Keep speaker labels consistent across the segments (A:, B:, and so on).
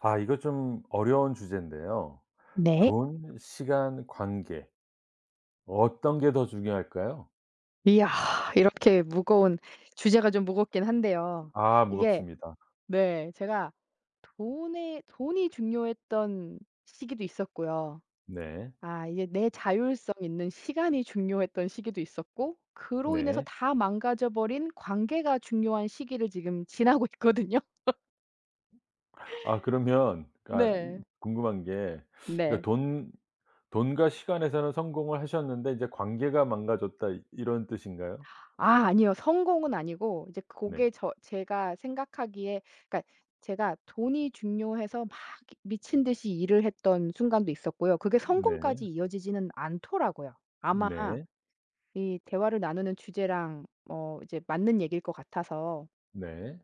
A: 아 이거 좀 어려운 주제인데요.
B: 네.
A: 돈, 시간, 관계 어떤 게 더 중요할까요?
B: 이야, 이렇게 무거운 주제가 좀 무겁긴 한데요.
A: 아
B: 이게
A: 무겁습니다.
B: 네, 제가 돈에 돈이 중요했던 시기도 있었고요.
A: 네.
B: 아 이제 내 자율성 있는 시간이 중요했던 시기도 있었고, 그로 인해서
A: 네.
B: 다 망가져 버린 관계가 중요한 시기를 지금 지나고 있거든요.
A: 아 그러면 그러니까
B: 네.
A: 이 궁금한 게 그러니까
B: 네.
A: 돈 돈과 시간에서는 성공을 하셨는데 이제 관계가 망가졌다 이 이런 뜻인가요?
B: 아 아니요, 성공은 아니고 이제 그
A: 네.
B: 게 저 제가 생각하기에, 그러니까 제가 돈이 중요해서 막 미친 듯이 일을 했던 순간도 있었고요. 그게
A: 네.
B: 성공까지 이어지지는 않더라고요. 아마
A: 네.
B: 이 대화를 나누는 주제랑 이제 맞는 얘기일 것 같아서.
A: 네.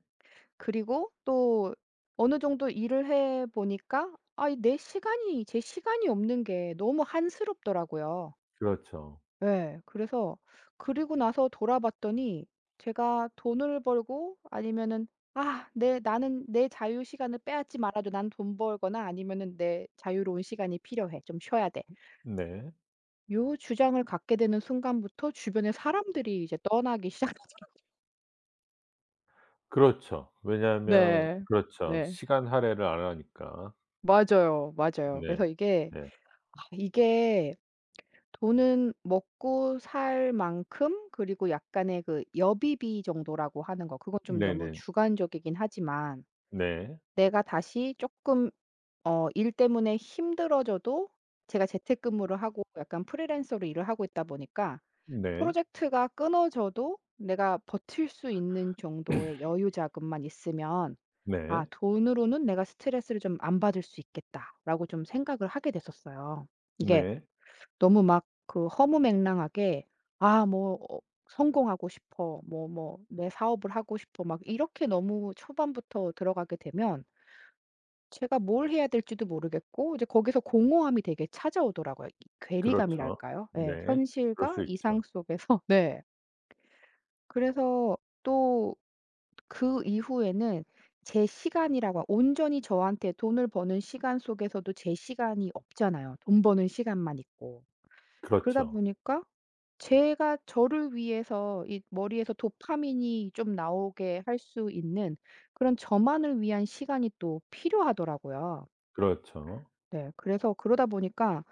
B: 그리고 또 어느 정도 일을 해 보니까, 아 이내 시간이 제 시간이 없는 게 너무 한스럽더라고요.
A: 그렇죠.
B: 예. 그래서 그리고 나서 돌아봤더니, 제가 돈을 벌고 아니면은 '아 내 나는 내 자유 시간을 빼앗지 말아줘. 난 돈 벌거나 아니면은 내 자유로운 시간이 필요해. 좀 쉬어야 돼.'
A: 네.
B: 요 주장을 갖게 되는 순간부터 주변의 사람들이 이제 떠나기 시작했어요.
A: 그렇죠. 왜냐하면
B: 네.
A: 그렇죠.
B: 네.
A: 시간 할애를 안 하니까.
B: 맞아요, 맞아요.
A: 네.
B: 그래서 이게,
A: 네.
B: 아 이게 돈은 먹고 살 만큼, 그리고 약간의 그 여비비 정도라고 하는 거, 그건 좀 너무
A: 네네.
B: 주관적이긴 하지만,
A: 네.
B: 내가 다시 조금 일 때문에 힘들어져도 제가 재택근무를 하고 약간 프리랜서로 일을 하고 있다 보니까
A: 네. 네.
B: 프로젝트가 끊어져도 내가 버틸 수 있는 정도의 여유 자금만 있으면 '아
A: 네.
B: 돈으로는 내가 스트레스를 좀 안 받을 수 있겠다.'라고 좀 생각을 하게 됐었어요. 이게
A: 네.
B: 너무 막 그 허무맹랑하게 '아 뭐 성공하고 싶어. 뭐 내 사업을 하고 싶어.' 막 이렇게 너무 초반부터 들어가게 되면 제가 뭘 해야 될지도 모르겠고 이제 거기서 공허함이 되게 찾아오더라고요. 이
A: 그렇죠.
B: 괴리감이랄까요? 예,
A: 네. 그럴
B: 현실과
A: 수
B: 이상
A: 있죠.
B: 속에서. 네. 그래서 또 그 이후에는 제 시간이라고 온전히 저한테, 돈을 버는 시간 속에서도 제 시간이 없잖아요. 돈 버는 시간만 있고. 그러다
A: 그렇죠.
B: 보니까 제가 저를 위해서 이 머리에서 도파민이 좀 나오게 할 수 있는 그런 저만을 위한 시간이 또 필요하더라고요.
A: 그렇죠.
B: 네. 그래서 그러다 보니까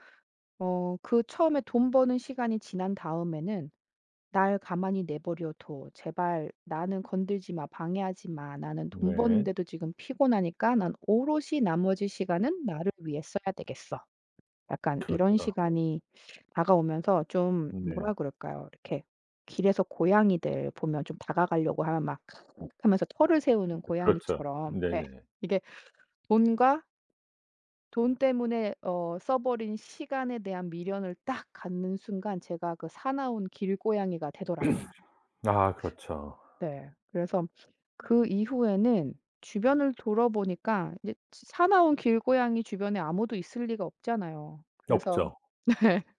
B: 어 그 처음에 돈 버는 시간이 지난 다음에는 '날 가만히 내버려 둬. 제발 나는 건들지 마. 방해하지 마. 나는 돈
A: 네.
B: 버는데도 지금 피곤하니까 난 오롯이 나머지 시간은 나를 위해 써야 되겠어.' 약간 이런
A: 그렇죠.
B: 시간이 다가오면서 좀
A: 네.
B: 뭐라 그럴까요? 이렇게 길에서 고양이들 보면 좀 다가가려고 하면 막 하면서 털을 세우는
A: 그렇죠.
B: 고양이처럼. 네,
A: 네네.
B: 이게 돈과 돈 때문에 써 버린 시간에 대한 미련을 딱 갖는 순간 제가 그 사나운 길고양이가 되더라고요.
A: 아 그렇죠.
B: 네. 그래서 그 이후에는 주변을 돌아보니까 이제 사나운 길고양이 주변에 아무도 있을 리가 없잖아요. 그래서
A: 없죠.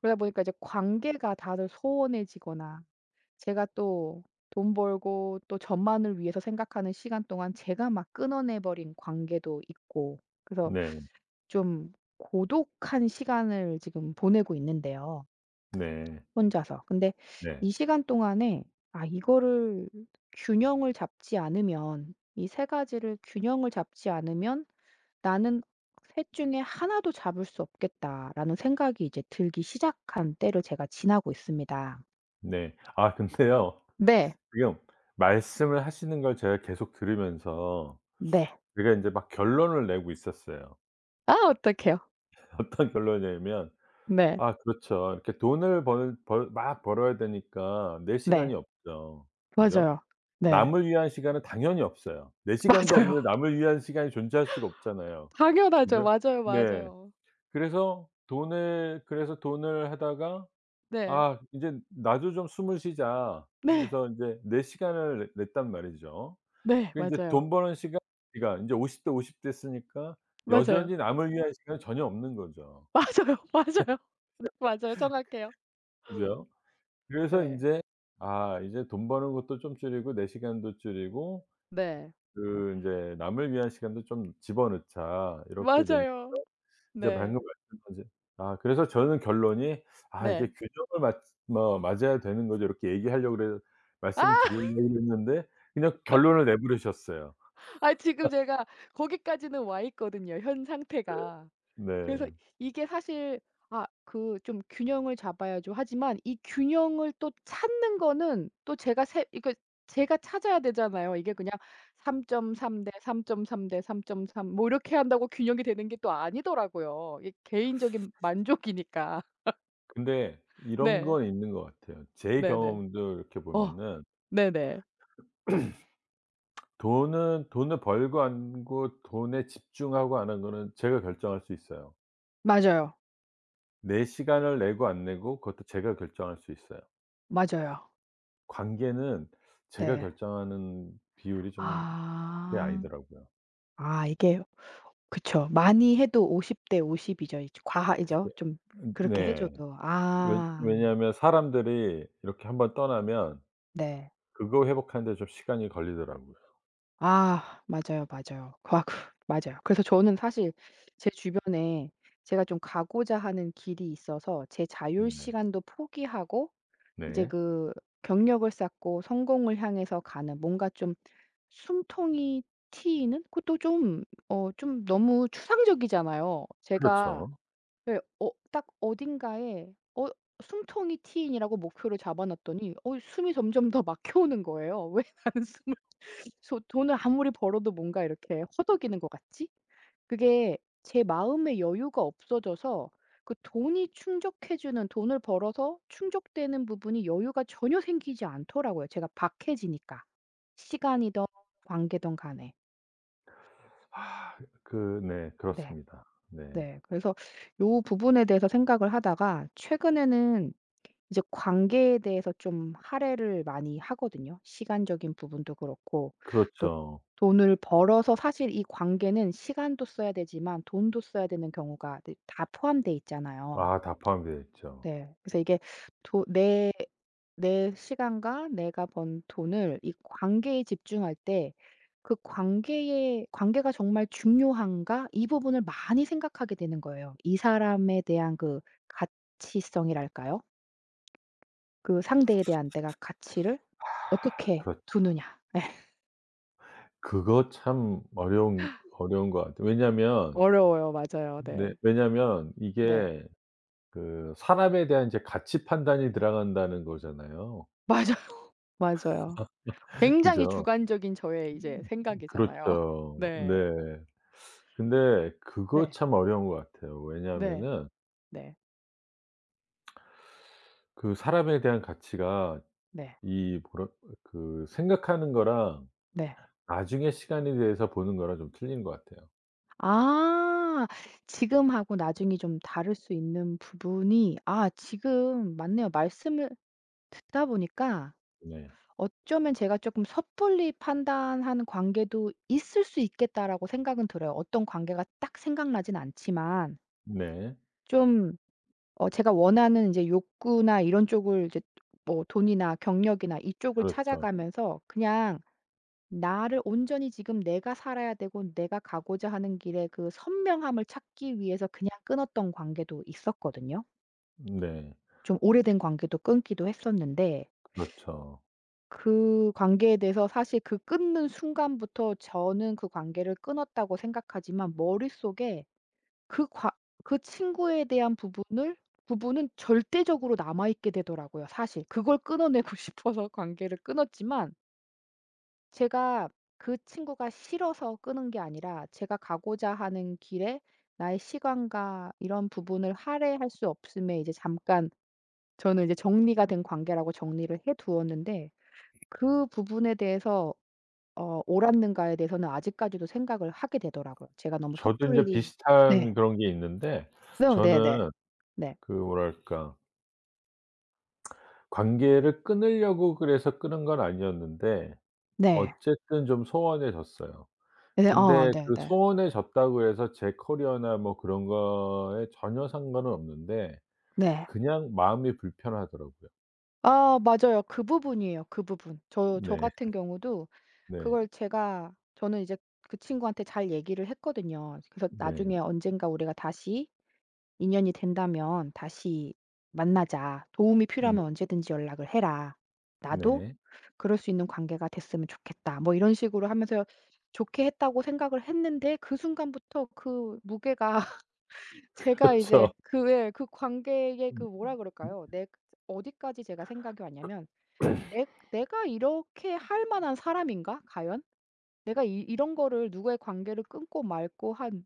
B: 그러다 보니까 이제 관계가 다들 소원해지거나, 제가 또 돈 벌고 또 저만을 위해서 생각하는 시간 동안 제가 막 끊어내 버린 관계도 있고. 그래서
A: 네.
B: 좀 고독한 시간을 지금 보내고 있는데요,
A: 네.
B: 혼자서. 근데
A: 네.
B: 이 시간 동안에 아 이거를, 균형을 잡지 않으면, 이 세 가지를 균형을 잡지 않으면 '나는 셋 중에 하나도 잡을 수 없겠다.'라는 생각이 이제 들기 시작한 때를 제가 지나고 있습니다.
A: 네. 아 근데요.
B: 네.
A: 지금 말씀을 하시는 걸 제가 계속 들으면서
B: 네.
A: 제가 인제 막 결론을 내고 있었어요.
B: 아 어떡해요.
A: 어떤 결론이냐면
B: 네.
A: 아 그렇죠. 이렇게 돈을 벌 벌 막 벌어야 되니까 내
B: 네.
A: 시간이 없죠. 그죠?
B: 맞아요. 네.
A: 남을 위한 시간은 당연히 없어요. 내 시간도
B: 맞아요.
A: 없는데 남을 위한 시간이 존재할 수가 없잖아요.
B: 당연하죠.
A: 그죠?
B: 맞아요,
A: 네.
B: 맞아요.
A: 그래서 돈을 그래서 돈을 하다가
B: 네.
A: '아 이제 나도 좀 숨을 쉬자.'
B: 네.
A: 그래서 인제 내 시간을 내 냈단 말이죠.
B: 네.
A: 그 인제
B: 맞아요.
A: 돈 버는 시간 그러니까 인제 50대 50 됐으니까
B: 맞아요.
A: 여전히 남을 위한 시간은 전혀 없는 거죠.
B: 맞아요, 맞아요. 맞아요. 정확해요.
A: 그죠? 그래서
B: 네.
A: 인제 '아 이제 돈 버는 것도 좀 줄이고 내 시간도 줄이고
B: 네.
A: 그 인제 남을 위한 시간도 좀 집어넣자.' 이렇게 되니까
B: 맞아요.
A: 이제
B: 네.
A: 방금 말씀하신 아 그래서 저는 결론이 '아 이게
B: 네.
A: 균형을 맞 뭐 맞아야 되는 거죠.' 이렇게 얘기하려고
B: 아.
A: 말씀드리려고 했는데 그냥 결론을 내버리셨어요.
B: 아 지금 제가 거기까지는 와 있거든요, 현 상태가.
A: 네.
B: 그래서 이게 사실 아 그 좀 균형을 잡아야죠. 하지만 이 균형을 또 찾는 거는 또 제가 세 이거 제가 찾아야 되잖아요. 이게 그냥 3.3 대 3.3 대 3.3 뭐 이렇게 한다고 균형이 되는 게 또 아니더라고요. 이게 개인적인 만족이니까.
A: 근데 이런
B: 네.
A: 건 있는 것 같아요. 제
B: 네네.
A: 경험도 이렇게
B: 어.
A: 보면은
B: 네네.
A: 돈은 돈을 벌고 안고 돈에 집중하고 안 한 거는 제가 결정할 수 있어요.
B: 맞아요.
A: 내 시간을 내고 안 내고 그것도 제가 결정할 수 있어요.
B: 맞아요.
A: 관계는 제가
B: 네.
A: 결정하는 비율이 좀 그게
B: 아.
A: 아니더라고요.
B: 아 이게 그쵸, 많이 해도 50대 50 이죠. 이제 과하죠,
A: 그게
B: 좀. 그렇게 해
A: 네.
B: 줘도.
A: 왜
B: 아
A: 왜냐하면 사람들이 이렇게 한번 떠나면
B: 네.
A: 그거 회복하는 데 좀 시간이 걸리더라고요.
B: 아 맞아요, 맞아요. 아 그. 맞아요. 그래서 저는 사실 제 주변에 제가 좀 가고자 하는 길이 있어서 제 자율
A: 네.
B: 시간도 포기하고 이제
A: 네.
B: 그 경력을 쌓고 성공을 향해서 가는 뭔가 좀 숨통이 트이는, 그것도 좀 어 좀 너무 추상적이잖아요. 제가
A: 그렇죠.
B: 예 어 딱 어딘가에 어 숨통이 트인이라고 목표를 잡아 놨더니 어 숨이 점점 더 막혀오는 거예요. '왜 나는 숨을 소 돈을 아무리 벌어도 뭔가 이렇게 허덕이는 것 같지?' 그게 제 마음의 여유가 없어져서, 그 돈이 충족해 주는, 돈을 벌어서 충족되는 부분이 여유가 전혀 생기지 않더라고요, 제가 박해지니까. 시간이든 관계든 간에.
A: 아 그 네
B: 네.
A: 그렇습니다. 네.
B: 네. 그래서 요 부분에 대해서 생각을 하다가 최근에는 이제 관계에 대해서 좀 할애를 많이 하거든요. 시간적인 부분도 그렇고 또
A: 그렇죠.
B: 돈을 벌어서, 사실 이 관계는 시간도 써야 되지만 돈도 써야 되는 경우가 네 다 포함돼 있잖아요.
A: 아 다 포함되어 있죠.
B: 네. 그래서 이게 도내 내 시간과 내가 번 돈을 이 관계에 집중할 때 '그 관계에 관계가 정말 중요한가?' 이 부분을 많이 생각하게 되는 거예요. 이 사람에 대한 그 가치성이랄까요? 그 상대에 대한 내가 가치를 어떻게
A: 그렇
B: 두느냐. 예.
A: 그거 참 어려운 것 같아요. 왜냐하면
B: 어려워요. 맞아요.
A: 네
B: 네.
A: 왜냐하면
B: 네.
A: 이게 그 사람에 대한 이제 가치 판단이 들어간다는 거잖아요.
B: 맞아. 맞아요. 굉장히
A: 그죠.
B: 주관적인 저의 이제
A: 음
B: 생각이잖아요.
A: 그렇죠. 네.
B: 네.
A: 근데 그거
B: 네.
A: 참 어려운 것 같아요.
B: 네.
A: 왜냐하면은
B: 네.
A: 그 사람에 대한 가치가
B: 네.
A: 이 뭐라 그 생각하는 거랑
B: 네.
A: 나중에 시간에 대해서 보는 거랑 좀 틀린 것 같아요.
B: 아. 지금하고 나중이 좀 다를 수 있는 부분이, 아 지금 맞네요, 말씀을 듣다 보니까.
A: 네.
B: 어쩌면 제가 조금 '섣불리 판단하는 관계도 있을 수 있겠다.'라고 생각은 들어요. 어떤 관계가 딱 생각나진 않지만
A: 네.
B: 좀 어 제가 원하는 이제 욕구나 이런 쪽을 이제 뭐 돈이나 경력이나 이쪽을
A: 그렇죠.
B: 찾아가면서 그냥 나를 온전히 지금 내가 살아야 되고 내가 가고자 하는 길의 그 선명함을 찾기 위해서 그냥 끊었던 관계도 있었거든요.
A: 네.
B: 좀 오래된 관계도 끊기도 했었는데,
A: 그렇죠.
B: 그 관계에 대해서 사실 그 끊는 순간부터 저는 그 관계를 끊었다고 생각하지만 머릿속에 그 과, 그 친구에 대한 부분을, 부분은 절대적으로 남아있게 되더라고요. 사실 그걸 끊어내고 싶어서 관계를 끊었지만 제가 그 친구가 싫어서 끄는 게 아니라 제가 가고자 하는 길에 나의 시간과 이런 부분을 할애할 수 없음에 이제 잠깐 저는 이제 정리가 된 관계라고 정리를 해 두었는데, 그 부분에 대해서 어 옳았는가에 대해서는 아직까지도 생각을 하게 되더라고요. 제가 너무
A: 저도 인제
B: 섣불리.
A: 비슷한
B: 네.
A: 그런 게 있는데
B: 네요. 네네.
A: 저는
B: 네.
A: 그 뭐랄까 관계를 끊으려고 그래서 끊은 건 아니었는데
B: 네.
A: 어쨌든 좀 소원해졌어요.
B: 네. 어
A: 근데 그
B: 네네.
A: 소원에 졌다고 해서 제 커리어나 뭐 그런 거에 전혀 상관은 없는데
B: 네.
A: 그냥 마음이 불편하더라고요.
B: 아 맞아요. 그 부분이에요, 그 부분. 저 저
A: 네.
B: 같은 경우도
A: 네.
B: 그걸 제가, 저는 이제 그 친구한테 잘 얘기를 했거든요. 그래서
A: 네.
B: "나중에 언젠가 우리가 다시 인연이 된다면 다시 만나자. 도움이
A: 음
B: 필요하면 언제든지 연락을 해라. 나도
A: 네.
B: 그럴 수 있는 관계가 됐으면 좋겠다." 뭐 이런 식으로 하면서 좋게 했다고 생각을 했는데, 그 순간부터 그 무게가 제가 이제
A: 그렇죠.
B: 그 예 그 관계의 그
A: 음
B: 뭐라
A: 음
B: 그럴까요? 내 어디까지 제가 생각이 왔냐면 '내 내가 이렇게 할 만한 사람인가 과연? 내가 이 이런 거를 누구의 관계를 끊고 말고 한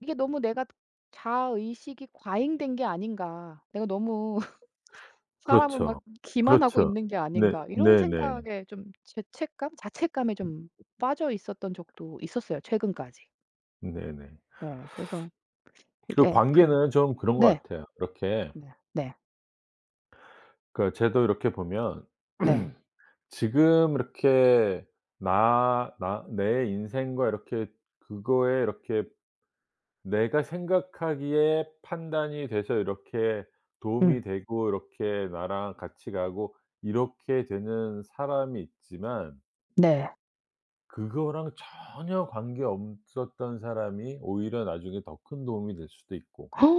B: 이게 너무 내가 자아의식이 과잉된 게 아닌가. 내가 너무 사람을 막
A: 그렇죠.
B: 기만하고
A: 그렇죠.
B: 있는 게
A: 네.
B: 아닌가.' 이런
A: 네네.
B: 생각에 좀 죄책감, 자책감에 좀 빠져 있었던 적도 있었어요, 최근까지.
A: 네네.
B: 네. 그래서
A: 그
B: 이게 그.
A: 관계는 좀 그런
B: 네.
A: 것 같아요. 이렇게
B: 네. 네.
A: 그 쟤도 이렇게 보면
B: 네.
A: 지금 이렇게 나 나 내 인생과 이렇게 그거에 이렇게 내가 생각하기에 판단이 돼서 이렇게
B: 음.
A: 도움이 되고 이렇게 나랑 같이 가고 이렇게 되는 사람이 있지만
B: 네.
A: 그거랑 전혀 관계없었던 사람이 오히려 나중에 더 큰 도움이 될 수도 있고.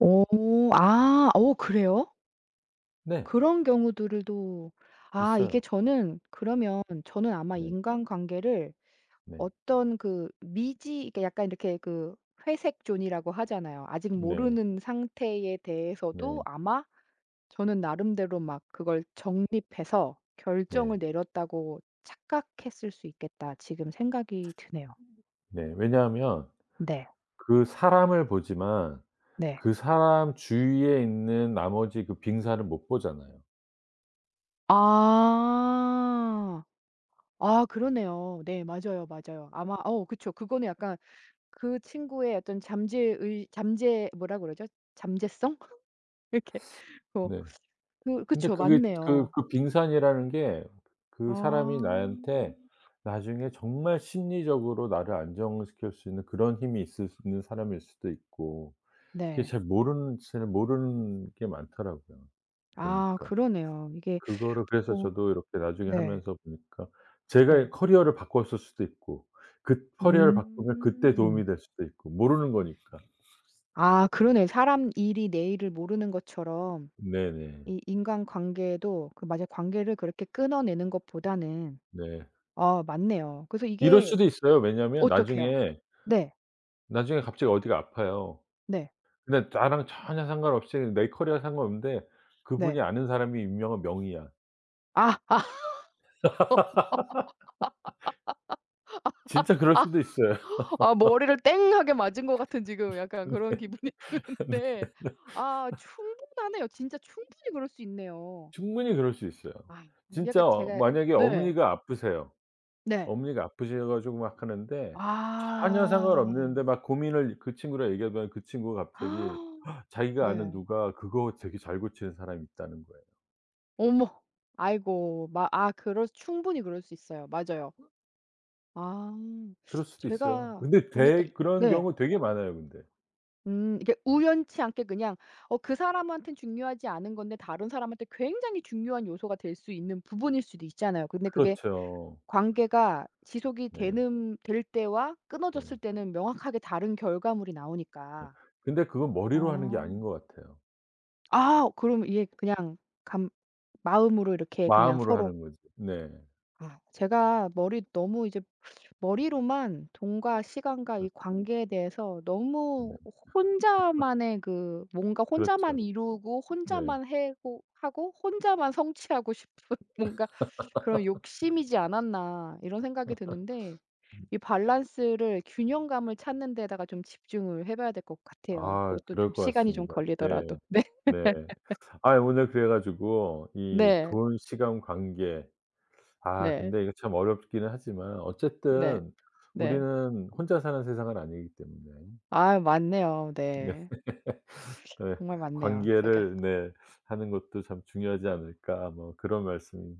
B: 오, 아. 오 그래요?
A: 네.
B: 그런 경우들도. 아 이게
A: 있어요.
B: 저는 그러면 저는 아마
A: 네.
B: 인간관계를
A: 네.
B: 어떤 그 미지 이게 약간 이렇게 그 회색 존이라고 하잖아요. 아직
A: 네.
B: 모르는 상태에 대해서도
A: 네.
B: 아마 저는 나름대로 막 그걸 정립해서 결정을
A: 네.
B: 내렸다고 착각했을 수 있겠다. 지금 생각이 드네요.
A: 네. 왜냐하면
B: 네.
A: 그 사람을 보지만
B: 네.
A: 그 사람 주위에 있는 나머지 그 빙산을 못 보잖아요.
B: 아. 아 그러네요. 네 맞아요, 맞아요. 아마 어 그쵸. 그거는 약간 그 친구의 어떤 잠재의 잠재 뭐라 그러죠? 잠재성? 이렇게 어
A: 네.
B: 그
A: 근데
B: 그쵸.
A: 그게
B: 맞네요.
A: 빙산이라는 게
B: 아.
A: 그 사람이 나한테 나중에 정말 심리적으로 나를 안정시킬 수 있는 그런 힘이 있을 수 있는 사람일 수도 있고 그게
B: 네.
A: 잘 모르는 게 많더라고요
B: 아
A: 보니까.
B: 그러네요. 이게
A: 그거를 그래서
B: 어.
A: 저도 이렇게 나중에
B: 네.
A: 하면서 보니까 제가
B: 네.
A: 커리어를 바꿨을 수도 있고 그 커리어를 바꾸면 그때
B: 음.
A: 도움이 될 수도 있고 모르는 거니까.
B: 아 그러네요. 사람 일이 내일을 모르는 것처럼
A: 네네.
B: 이 인간관계도 그 맞아, 관계를 그렇게 끊어내는 것보다는.
A: 네.
B: 아 맞네요. 그래서
A: 이럴
B: 이게
A: 수도 있어요. 왜냐하면
B: 어떡해요?
A: 나중에,
B: 네.
A: 나중에 갑자기 어디가 아파요.
B: 네.
A: 근데 나랑 전혀 상관없이 내 커리어 상관없는데
B: 네.
A: 그분이 아는 사람이 유명한 명의야.
B: 아.
A: 진짜 그럴 수도 있어요.
B: 아 머리를 땡하게 맞은 것 같은 지금 약간 그런 기분이 드는데,
A: 네
B: 아 충분하네요. 진짜 충분히 그럴 수 있네요.
A: 충분히 그럴 수 있어요.
B: 아. 약간
A: 진짜 어
B: 제가
A: 만약에
B: 네.
A: 어머니가 아프세요.
B: 네.
A: 어머니가 아프셔 가지고 막 하는데 전혀
B: 아.
A: 상관없는데 막 고민을 그 친구랑 얘기해 보면 그 친구가 갑자기 자기가 아는
B: 네.
A: 누가 그거 되게 잘 고치는 사람이 있다는 거예요.
B: 어머. 아이고. 마 아 그럴 충분히 그럴 수 있어요. 맞아요. 아
A: 그럴 수도 있어요.
B: 제가
A: 근데
B: 보니까
A: 되
B: 이
A: 그런
B: 네.
A: 경우 되게 많아요 근데.
B: 이게 우연치 않게 그냥 그 사람한텐 중요하지 않은 건데 다른 사람한테 굉장히 중요한 요소가 될 수 있는 부분일 수도 있잖아요. 근데 그게
A: 그렇죠.
B: 관계가 지속이
A: 네.
B: 되는 될 때와
A: 네.
B: 끊어졌을 때는 명확하게 다른 결과물이 나오니까.
A: 근데 그건 머리로 하는 게
B: 아.
A: 아닌 것 같아요.
B: 아 그럼 이게 그냥 감 마음으로 이렇게 그냥
A: 마음으로
B: 서로.
A: 하는 거죠. 네.
B: 아 제가 머리 너무 이제 머리로만 돈과 시간과 이 관계에 대해서 너무
A: 네.
B: 혼자만의 그 뭔가
A: 그렇죠.
B: 혼자만 이루고
A: 네.
B: 혼자만 해고 하고 혼자만 성취하고 싶은 뭔가 그런 욕심이지 않았나, 이런 생각이 드는데 이 밸런스를, 균형감을 찾는 데다가 좀 집중을 해 봐야 될 것 같아요.
A: 아
B: 그것도 좀
A: 그럴 것
B: 시간이 좀
A: 같습니다. 네.
B: 걸리더라도. 네.
A: 네. 아 오늘 그래 가지고 이
B: 네.
A: 돈, 시간, 관계 아
B: 네.
A: 근데 이게 참 어렵기는 하지만
B: 네.
A: 어쨌든
B: 네.
A: 우리는 혼자 사는 세상은 아니기 때문에
B: 아 맞네요.
A: 네
B: 네.
A: 네.
B: 정말 맞네요. 제가
A: '관계를 네 하는 것도 참 중요하지 않을까.' 뭐 그런 말씀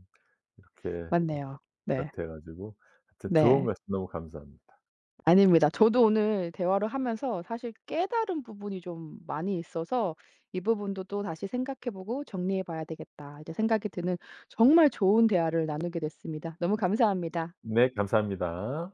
A: 이렇게
B: 맞네요. 네.
A: 같아 가지고 하여튼 좋은
B: 네.
A: 말씀 너무 감사합니다.
B: 아닙니다. 저도 오늘 대화를 하면서 사실 깨달은 부분이 좀 많이 있어서 이 부분도 또 다시 생각해 보고 정리해 봐야 되겠다, 이제 생각이 드는. 정말 좋은 대화를 나누게 됐습니다. 너무 감사합니다.
A: 네 감사합니다.